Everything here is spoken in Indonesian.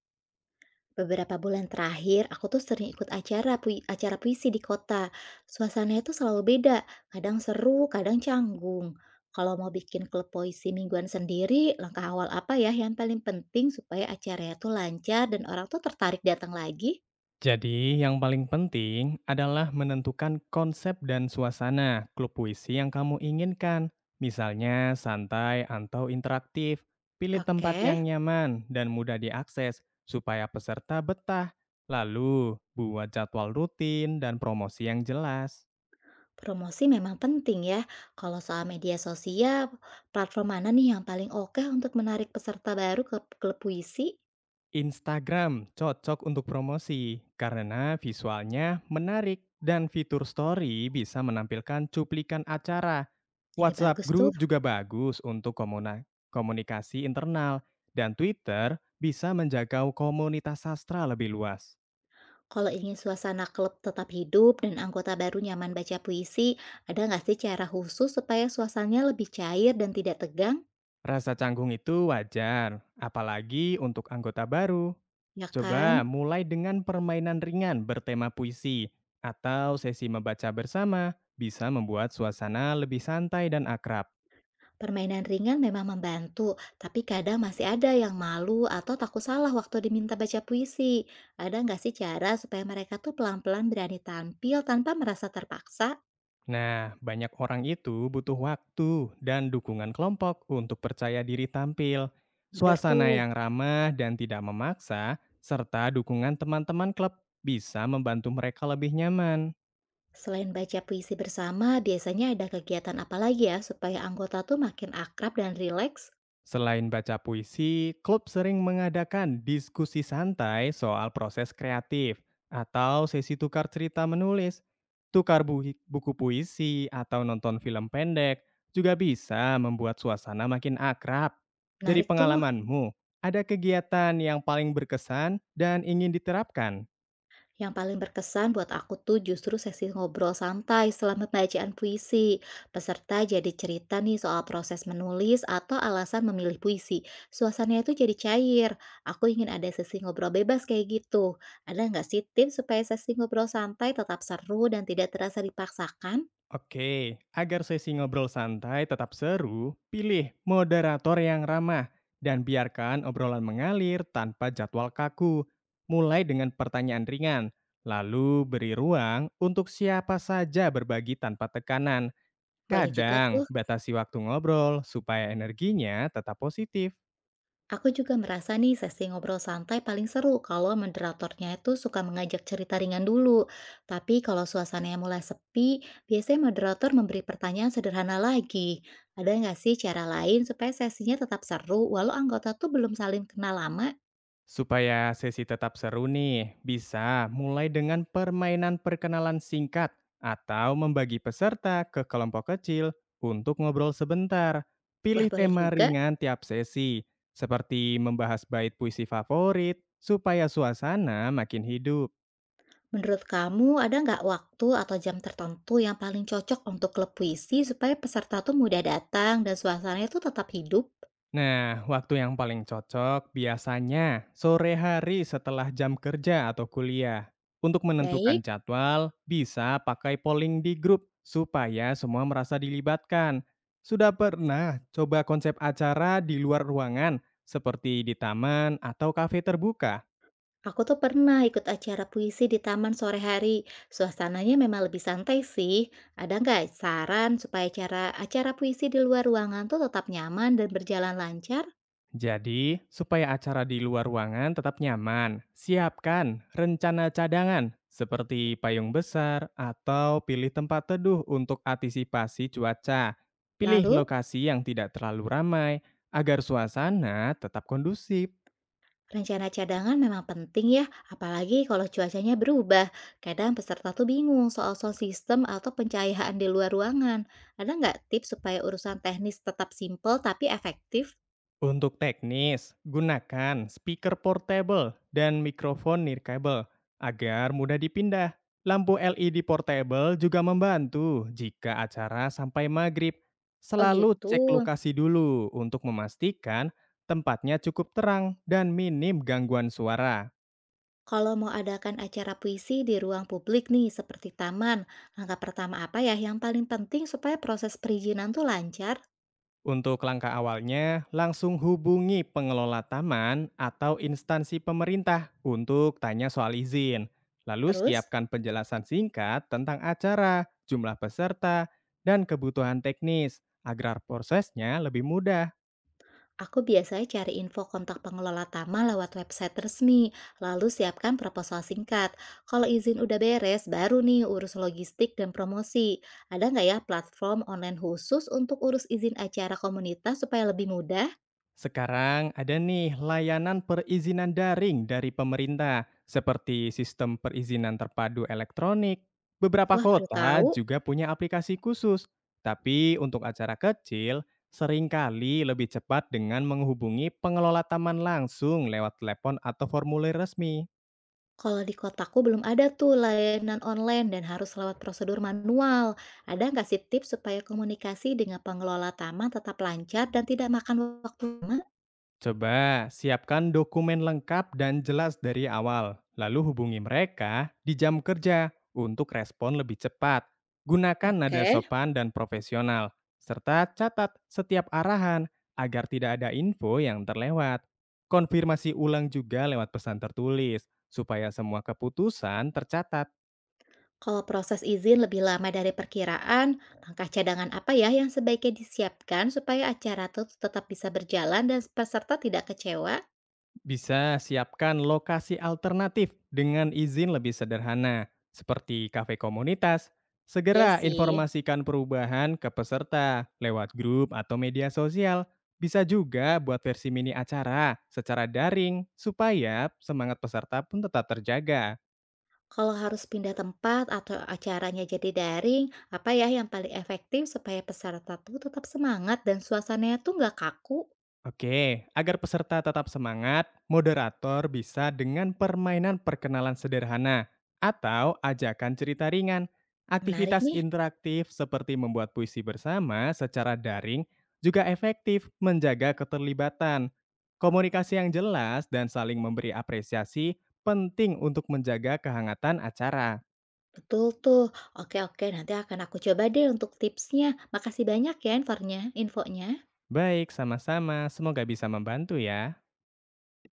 Beberapa bulan terakhir, aku tuh sering ikut acara acara puisi di kota. Suasananya tuh selalu beda, kadang seru, kadang canggung. Kalau mau bikin klub puisi mingguan sendiri, langkah awal apa ya yang paling penting supaya acaranya tuh lancar dan orang tuh tertarik datang lagi? Jadi, yang paling penting adalah menentukan konsep dan suasana klub puisi yang kamu inginkan. Misalnya santai atau interaktif. Pilih Oke, tempat yang nyaman dan mudah diakses supaya peserta betah. Lalu, buat jadwal rutin dan promosi yang jelas. promosi memang penting ya. Kalau soal media sosial, platform mana nih yang paling oke untuk menarik peserta baru ke klub puisi? Instagram cocok untuk promosi karena visualnya menarik dan fitur story bisa menampilkan cuplikan acara. Ada WhatsApp bagus tuh. Group juga bagus untuk komunikasi internal dan Twitter bisa menjaga komunitas sastra lebih luas. Kalau ingin suasana klub tetap hidup dan anggota baru nyaman baca puisi, ada nggak sih cara khusus supaya suasananya lebih cair dan tidak tegang? Rasa canggung itu wajar, apalagi untuk anggota baru. Ya kan? Coba mulai dengan permainan ringan bertema puisi atau sesi membaca bersama, bisa membuat suasana lebih santai dan akrab. Permainan ringan memang membantu, tapi kadang masih ada yang malu atau takut salah waktu diminta baca puisi. Ada nggak sih cara supaya mereka tuh pelan-pelan berani tampil tanpa merasa terpaksa? Nah, banyak orang itu butuh waktu dan dukungan kelompok untuk percaya diri tampil. Bener Suasana tuh. yang ramah dan tidak memaksa, serta dukungan teman-teman klub bisa membantu mereka lebih nyaman. Selain baca puisi bersama, biasanya ada kegiatan apa lagi ya supaya anggota tuh makin akrab dan rileks? Selain baca puisi, klub sering mengadakan diskusi santai soal proses kreatif atau sesi tukar cerita menulis. Tukar buku puisi atau nonton film pendek juga bisa membuat suasana makin akrab. Dari Menarik tuh. pengalamanmu, ada kegiatan yang paling berkesan dan ingin diterapkan? Yang paling berkesan buat aku tuh justru sesi ngobrol santai setelah pembacaan puisi. Peserta jadi cerita nih soal proses menulis atau alasan memilih puisi. Suasananya tuh jadi cair. Aku ingin ada sesi ngobrol bebas kayak gitu. Ada nggak sih tips supaya sesi ngobrol santai tetap seru dan tidak terasa dipaksakan? Oke, agar sesi ngobrol santai tetap seru, pilih moderator yang ramah dan biarkan obrolan mengalir tanpa jadwal kaku. Mulai dengan pertanyaan ringan, lalu beri ruang untuk siapa saja berbagi tanpa tekanan. Boleh juga Kadang tuh. batasi waktu ngobrol supaya energinya tetap positif. Aku juga merasa nih sesi ngobrol santai paling seru kalau moderatornya itu suka mengajak cerita ringan dulu. Tapi kalau suasananya mulai sepi, biasanya moderator memberi pertanyaan sederhana lagi. Ada nggak sih cara lain supaya sesinya tetap seru walau anggota tuh belum saling kenal lama? Supaya sesi tetap seru nih, bisa mulai dengan permainan perkenalan singkat atau membagi peserta ke kelompok kecil untuk ngobrol sebentar. Wah Pilih boleh tema juga. ringan tiap sesi, seperti membahas bait puisi favorit supaya suasana makin hidup. Menurut kamu ada nggak waktu atau jam tertentu yang paling cocok untuk klub puisi supaya peserta tuh mudah datang dan suasananya tuh tetap hidup? Nah, waktu yang paling cocok biasanya sore hari setelah jam kerja atau kuliah. Untuk menentukan Baik. jadwal, bisa pakai polling di grup supaya semua merasa dilibatkan. Sudah pernah coba konsep acara di luar ruangan, seperti di taman atau kafe terbuka? Aku tuh pernah ikut acara puisi di taman sore hari. Suasananya memang lebih santai sih. Ada nggak saran supaya acara acara puisi di luar ruangan tuh tetap nyaman dan berjalan lancar? Jadi, supaya acara di luar ruangan tetap nyaman, siapkan rencana cadangan seperti payung besar atau pilih tempat teduh untuk antisipasi cuaca. Pilih Lalu, lokasi yang tidak terlalu ramai agar suasana tetap kondusif. rencana cadangan memang penting ya, apalagi kalau cuacanya berubah. Kadang peserta tuh bingung soal sound system atau pencahayaan di luar ruangan. Ada nggak tips supaya urusan teknis tetap simpel tapi efektif? Untuk teknis, gunakan speaker portable dan mikrofon nirkabel agar mudah dipindah. Lampu LED portable juga membantu jika acara sampai maghrib. Oh Selalu gitu. cek lokasi dulu untuk memastikan tempatnya cukup terang dan minim gangguan suara. Kalau mau adakan acara puisi di ruang publik nih, seperti taman, langkah pertama apa ya yang paling penting supaya proses perizinan tuh lancar? Untuk langkah awalnya, langsung hubungi pengelola taman atau instansi pemerintah untuk tanya soal izin. Lalu Terus, siapkan penjelasan singkat tentang acara, jumlah peserta, dan kebutuhan teknis agar prosesnya lebih mudah. aku biasanya cari info kontak pengelola taman lewat website resmi, lalu siapkan proposal singkat. Kalau izin udah beres, baru nih urus logistik dan promosi. Ada nggak ya platform online khusus untuk urus izin acara komunitas supaya lebih mudah? Sekarang ada nih layanan perizinan daring dari pemerintah, seperti sistem perizinan terpadu elektronik. Beberapa Wah, baru kota tahu. juga punya aplikasi khusus, tapi untuk acara kecil seringkali lebih cepat dengan menghubungi pengelola taman langsung lewat telepon atau formulir resmi. Kalau di kotaku belum ada tuh layanan online dan harus lewat prosedur manual. Ada nggak sih tips supaya komunikasi dengan pengelola taman tetap lancar dan tidak makan waktu lama? Coba siapkan dokumen lengkap dan jelas dari awal, lalu hubungi mereka di jam kerja untuk respon lebih cepat. Gunakan nada Oke. sopan dan profesional, serta catat setiap arahan agar tidak ada info yang terlewat. Konfirmasi ulang juga lewat pesan tertulis, supaya semua keputusan tercatat. Kalau proses izin lebih lama dari perkiraan, langkah cadangan apa ya yang sebaiknya disiapkan supaya acara tuh tetap bisa berjalan dan peserta tidak kecewa? Bisa siapkan lokasi alternatif dengan izin lebih sederhana, seperti kafe komunitas. Ya Segera sih. informasikan perubahan ke peserta lewat grup atau media sosial. Bisa juga buat versi mini acara secara daring supaya semangat peserta pun tetap terjaga. Kalau harus pindah tempat atau acaranya jadi daring, apa ya yang paling efektif supaya peserta tuh tetap semangat dan suasananya tuh nggak kaku? Oke, agar peserta tetap semangat, moderator bisa dengan permainan perkenalan sederhana atau ajakan cerita ringan. Menarik Aktivitas nih. interaktif seperti membuat puisi bersama secara daring juga efektif menjaga keterlibatan. Komunikasi yang jelas dan saling memberi apresiasi penting untuk menjaga kehangatan acara. Betul tuh. Oke oke, nanti akan aku coba deh untuk tipsnya. Makasih banyak ya infonya. Baik, sama-sama. Semoga bisa membantu ya.